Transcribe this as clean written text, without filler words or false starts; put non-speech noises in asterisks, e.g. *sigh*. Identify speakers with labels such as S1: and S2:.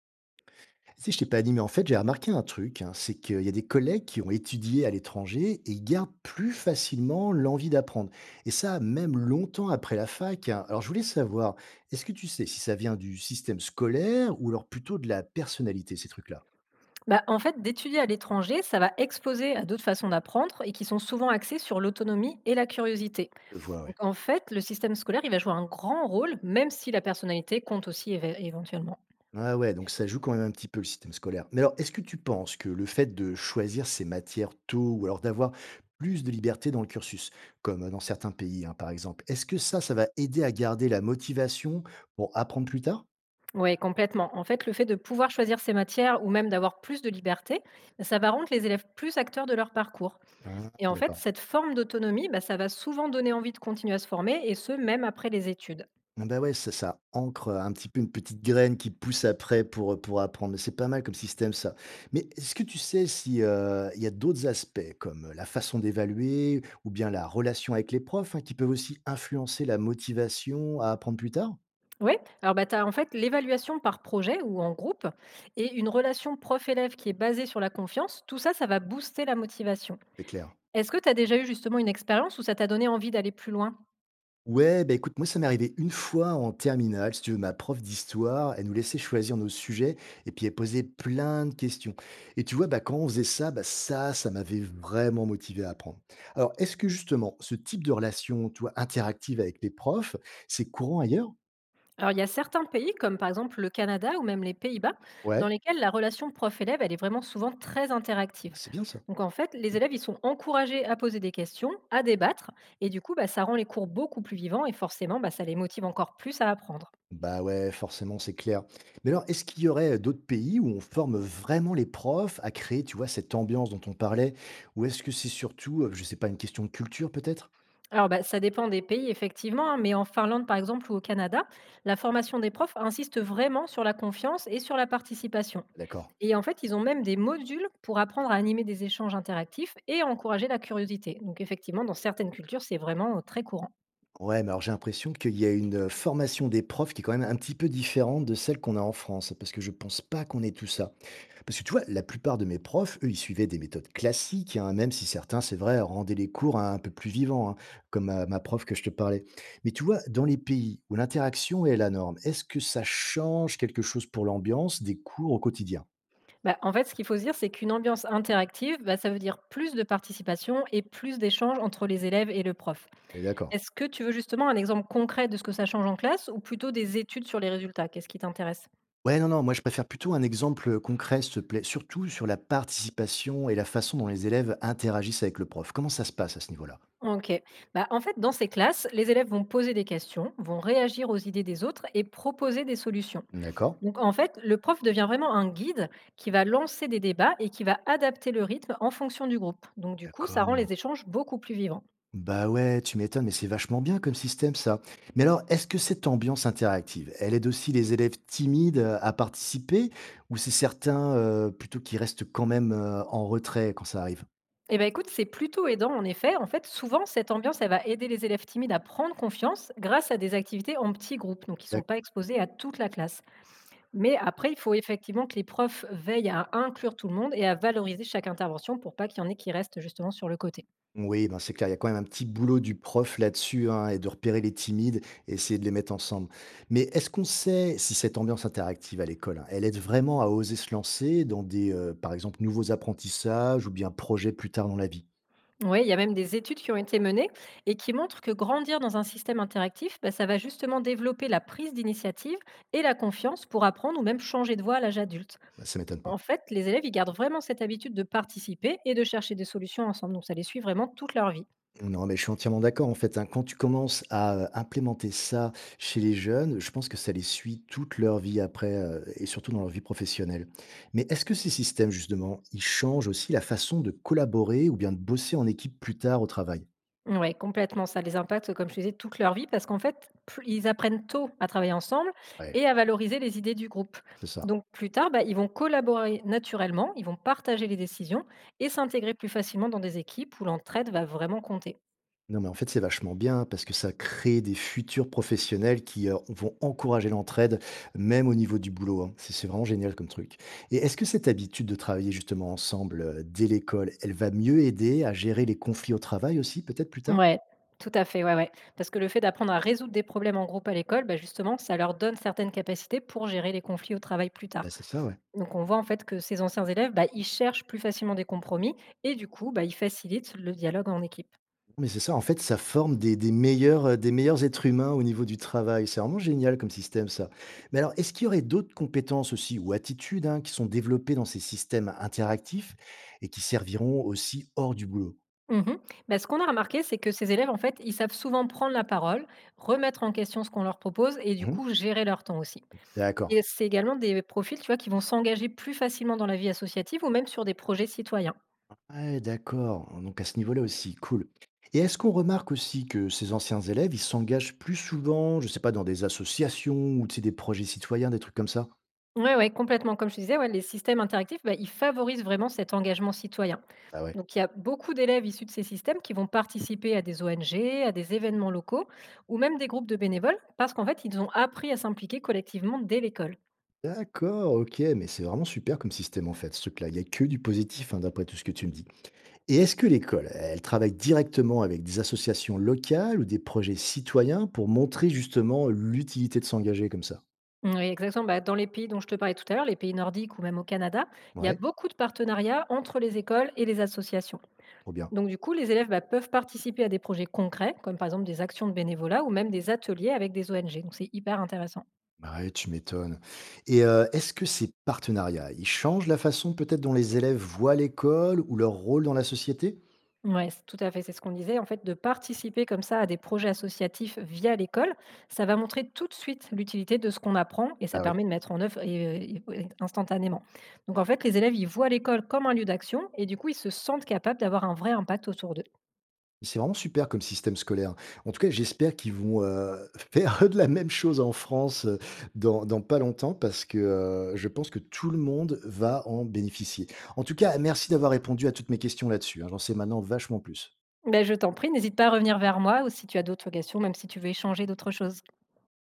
S1: Si je t'ai pas dit, mais en fait, j'ai remarqué un truc, hein, c'est qu'il y a des collègues qui ont étudié à l'étranger et ils gardent plus facilement l'envie d'apprendre. Et ça, même longtemps après la fac, hein. Alors, je voulais savoir, est-ce que tu sais si ça vient du système scolaire ou alors plutôt de la personnalité, ces trucs-là.
S2: Bah, en fait, d'étudier à l'étranger, ça va exposer à d'autres façons d'apprendre et qui sont souvent axées sur l'autonomie et la curiosité.
S1: Je vois,
S2: Donc,
S1: ouais.
S2: en fait, le système scolaire, il va jouer un grand rôle, même si la personnalité compte aussi éventuellement.
S1: Ah ouais, donc ça joue quand même un petit peu le système scolaire. Mais alors, est-ce que tu penses que le fait de choisir ces matières tôt ou alors d'avoir plus de liberté dans le cursus, comme dans certains pays, hein, par exemple, est-ce que ça va aider à garder la motivation pour apprendre plus tard?
S2: Oui, complètement. En fait, le fait de pouvoir choisir ses matières ou même d'avoir plus de liberté, bah, ça va rendre les élèves plus acteurs de leur parcours.
S1: Ah,
S2: Et en fait,
S1: d'accord.
S2: cette forme d'autonomie, bah, ça va souvent donner envie de continuer à se former, et ce, même après les études.
S1: Ah bah, ouais, ça ancre, un petit peu une petite graine qui pousse après pour apprendre. Mais c'est pas mal comme système ça. Mais est-ce que tu sais si, il y a d'autres aspects comme la façon d'évaluer ou bien la relation avec les profs, hein, qui peuvent aussi influencer la motivation à apprendre plus tard?
S2: Oui, alors bah, tu as en fait l'évaluation par projet ou en groupe et une relation prof-élève qui est basée sur la confiance. Tout ça, ça va booster la motivation.
S1: C'est clair.
S2: Est-ce que tu as déjà eu justement une expérience où ça t'a donné envie d'aller plus loin?
S1: Ouais, bah écoute, moi ça m'est arrivé une fois en terminale, si tu veux, ma prof d'histoire, elle nous laissait choisir nos sujets et puis elle posait plein de questions. Et tu vois, bah quand on faisait ça, bah ça, ça m'avait vraiment motivé à apprendre. Alors, est-ce que justement, ce type de relation, tu vois, interactive avec les profs, c'est courant ailleurs?
S2: Alors il y a certains pays, comme par exemple le Canada ou même les Pays-Bas, dans
S1: Ouais,
S2: lesquels la relation prof-élève, elle est vraiment souvent très
S1: bah,
S2: interactive.
S1: c'est bien ça.
S2: Donc en fait, les élèves, ils sont encouragés à poser des questions, à débattre, et du coup, bah, ça rend les cours beaucoup plus vivants et forcément, bah, ça les motive encore plus à apprendre.
S1: Bah ouais, forcément, c'est clair. Mais alors, est-ce qu'il y aurait d'autres pays où on forme vraiment les profs à créer, tu vois, cette ambiance dont on parlait? Ou est-ce que c'est surtout, je sais pas, une question de culture peut-être?
S2: Alors, bah, ça dépend des pays, effectivement, hein, mais en Finlande, par exemple, ou au Canada, la formation des profs insiste vraiment sur la confiance et sur la participation.
S1: D'accord.
S2: Et en fait, ils ont même des modules pour apprendre à animer des échanges interactifs et à encourager la curiosité. Donc, effectivement, dans certaines cultures, c'est vraiment très courant.
S1: Ouais, mais alors j'ai l'impression qu'il y a une, formation des profs qui est quand même un petit peu différente de celle qu'on a en France, parce que je pense pas qu'on ait tout ça. Parce que tu vois, la plupart de mes profs, eux, ils suivaient des méthodes classiques, hein, même si certains, c'est vrai, rendaient les cours un peu plus vivants, hein, comme ma prof que je te parlais. Mais tu vois, dans les pays où l'interaction est la norme, est-ce que ça change quelque chose pour l'ambiance des cours au quotidien?
S2: Bah, en fait, ce qu'il faut se dire, c'est qu'une ambiance interactive, bah, ça veut dire plus de participation et plus d'échanges entre les élèves et le prof.
S1: Et d'accord?
S2: Est-ce que tu veux justement un exemple concret de ce que ça change en classe ou plutôt des études sur les résultats? Qu'est-ce qui t'intéresse?
S1: Ouais, non, non, moi, je préfère plutôt un exemple, concret, s'il te plaît, surtout sur la participation et la façon dont les élèves interagissent avec le prof. Comment ça se passe à ce niveau-là?
S2: OK. Bah, en fait, dans ces classes, les élèves vont poser des questions, vont réagir aux idées des autres et proposer des solutions.
S1: D'accord.
S2: Donc, en fait, le prof devient vraiment un guide qui va lancer des débats et qui va adapter le rythme en fonction du groupe. Donc, du coup, ça rend
S1: D'accord.
S2: les échanges beaucoup plus vivants.
S1: Bah, ouais, tu m'étonnes, mais c'est vachement bien comme système ça. Mais alors, est-ce que cette ambiance interactive, elle aide aussi les élèves timides, à participer ou c'est certains, plutôt qui restent quand même, en retrait quand ça arrive?
S2: Eh ben écoute, c'est plutôt aidant en effet. En fait, souvent, cette ambiance, elle va aider les élèves timides à prendre confiance grâce à des activités en petits groupes, donc ils ne sont pas exposés à toute la classe. Mais après, il faut effectivement que les profs veillent à inclure tout le monde et à valoriser chaque intervention pour pas qu'il y en ait qui restent justement sur le côté.
S1: Oui, ben, c'est clair, il y a quand même un petit boulot du prof là-dessus, hein, et de repérer les timides et essayer de les mettre ensemble. Mais est-ce qu'on sait si cette ambiance interactive à l'école, hein, elle aide vraiment à oser se lancer dans des, par exemple, nouveaux apprentissages ou bien projets plus tard dans la vie?
S2: Oui, il y a même des études qui ont été menées et qui montrent que grandir dans un système interactif, bah, ça va justement développer la prise d'initiative et la confiance pour apprendre ou même changer de voie à l'âge adulte.
S1: Ben, ça m'étonne
S2: En
S1: pas.
S2: fait, les élèves, ils gardent vraiment cette habitude de participer et de chercher des solutions ensemble. Donc, ça les suit vraiment toute leur vie.
S1: Non, mais je suis entièrement d'accord en fait, hein. Quand tu commences à, implémenter ça chez les jeunes, je pense que ça les suit toute leur vie après, et surtout dans leur vie professionnelle. Mais est-ce que ces systèmes justement, ils changent aussi la façon de collaborer ou bien de bosser en équipe plus tard au travail?
S2: Ouais, complètement, ça les impacte, comme je te disais, toute leur vie parce qu'en fait, pl ils apprennent tôt à travailler ensemble
S1: Ouais,
S2: et à valoriser les idées du groupe.
S1: c'est ça.
S2: Donc plus tard, bah, ils vont collaborer naturellement, ils vont partager les décisions et s'intégrer plus facilement dans des équipes où l'entraide va vraiment compter.
S1: Non, mais en fait, c'est vachement bien parce que ça crée des futurs professionnels qui vont encourager l'entraide, même au niveau du boulot, hein. C'est vraiment génial comme truc. Et est-ce que cette habitude de travailler justement ensemble dès l'école, elle va mieux aider à gérer les conflits au travail aussi, peut-être plus tard?
S2: Ouais, tout à fait, ouais, ouais. Parce que le fait d'apprendre à résoudre des problèmes en groupe à l'école, bah, justement, ça leur donne certaines capacités pour gérer les conflits au travail plus
S1: Bah,
S2: tard.
S1: c'est ça, ouais.
S2: Donc on voit en fait que ces anciens élèves, bah, ils cherchent plus facilement des compromis et du coup, bah, ils facilitent le dialogue en équipe.
S1: Mais c'est ça, en fait, ça forme des meilleurs êtres humains au niveau du travail. C'est vraiment génial comme système, ça. Mais alors, est-ce qu'il y aurait d'autres compétences aussi ou attitudes, hein, qui sont développées dans ces systèmes interactifs et qui serviront aussi hors du boulot?
S2: Mmh mh. Bah, ce qu'on a remarqué, c'est que ces élèves, en fait, ils savent souvent prendre la parole, remettre en question ce qu'on leur propose et du
S1: Mhm.
S2: coup gérer leur temps aussi.
S1: D'accord.
S2: Et c'est également des profils, tu vois, qui vont s'engager plus facilement dans la vie associative ou même sur des projets citoyens.
S1: Ouais, d'accord. Donc à ce niveau-là aussi, cool. Et est-ce qu'on remarque aussi que ces anciens élèves, ils s'engagent plus souvent, je sais pas, dans des associations ou tu sais, des projets citoyens, des trucs comme ça?
S2: Oui, ouais, ouais, complètement. Comme je te disais, ouais, les systèmes interactifs, bah, ils favorisent vraiment cet engagement citoyen.
S1: Ah ouais.
S2: Donc, il y a beaucoup d'élèves issus de ces systèmes qui vont participer à des ONG, à des événements locaux ou même des groupes de bénévoles parce qu'en fait, ils ont appris à s'impliquer collectivement dès l'école.
S1: D'accord, OK, mais c'est vraiment super comme système en fait, ce truc-là. Il n'y a que du positif, hein, d'après tout ce que tu me dis. Et est-ce que l'école, elle travaille directement avec des associations locales ou des projets citoyens pour montrer justement l'utilité de s'engager comme ça?
S2: Mmh, oui, exactement. Bah, dans les pays dont je te parlais tout à l'heure, les pays nordiques ou même au Canada, il y a
S1: Ouais,
S2: beaucoup de partenariats entre les écoles et les associations.
S1: trop bien.
S2: Donc, du coup, les élèves bah, peuvent participer à des projets concrets, comme par exemple des actions de bénévolat ou même des ateliers avec des ONG. Donc, c'est hyper intéressant.
S1: Bah ouais, tu m'étonnes. Et est-ce que ces partenariats, ils changent la façon peut-être dont les élèves voient l'école ou leur rôle dans la société?
S2: Ouais, tout à fait, c'est ce qu'on disait. En fait, de participer comme ça à des projets associatifs via l'école, ça va montrer tout de suite l'utilité de ce qu'on apprend et ça
S1: Bah ouais.
S2: permet de mettre en œuvre instantanément. Donc, en fait, les élèves, ils voient l'école comme un lieu d'action et du coup, ils se sentent capables d'avoir un vrai impact autour d'eux.
S1: C'est vraiment super comme système scolaire. En tout cas, j'espère qu'ils vont *laughs* faire de la même chose en France, dans pas longtemps parce que je pense que tout le monde va en bénéficier. En tout cas, merci d'avoir répondu à toutes mes questions là-dessus, hein. J'en sais maintenant vachement plus.
S2: Ben je t'en prie, n'hésite pas à revenir vers moi ou si tu as d'autres questions, même si tu veux échanger d'autres choses.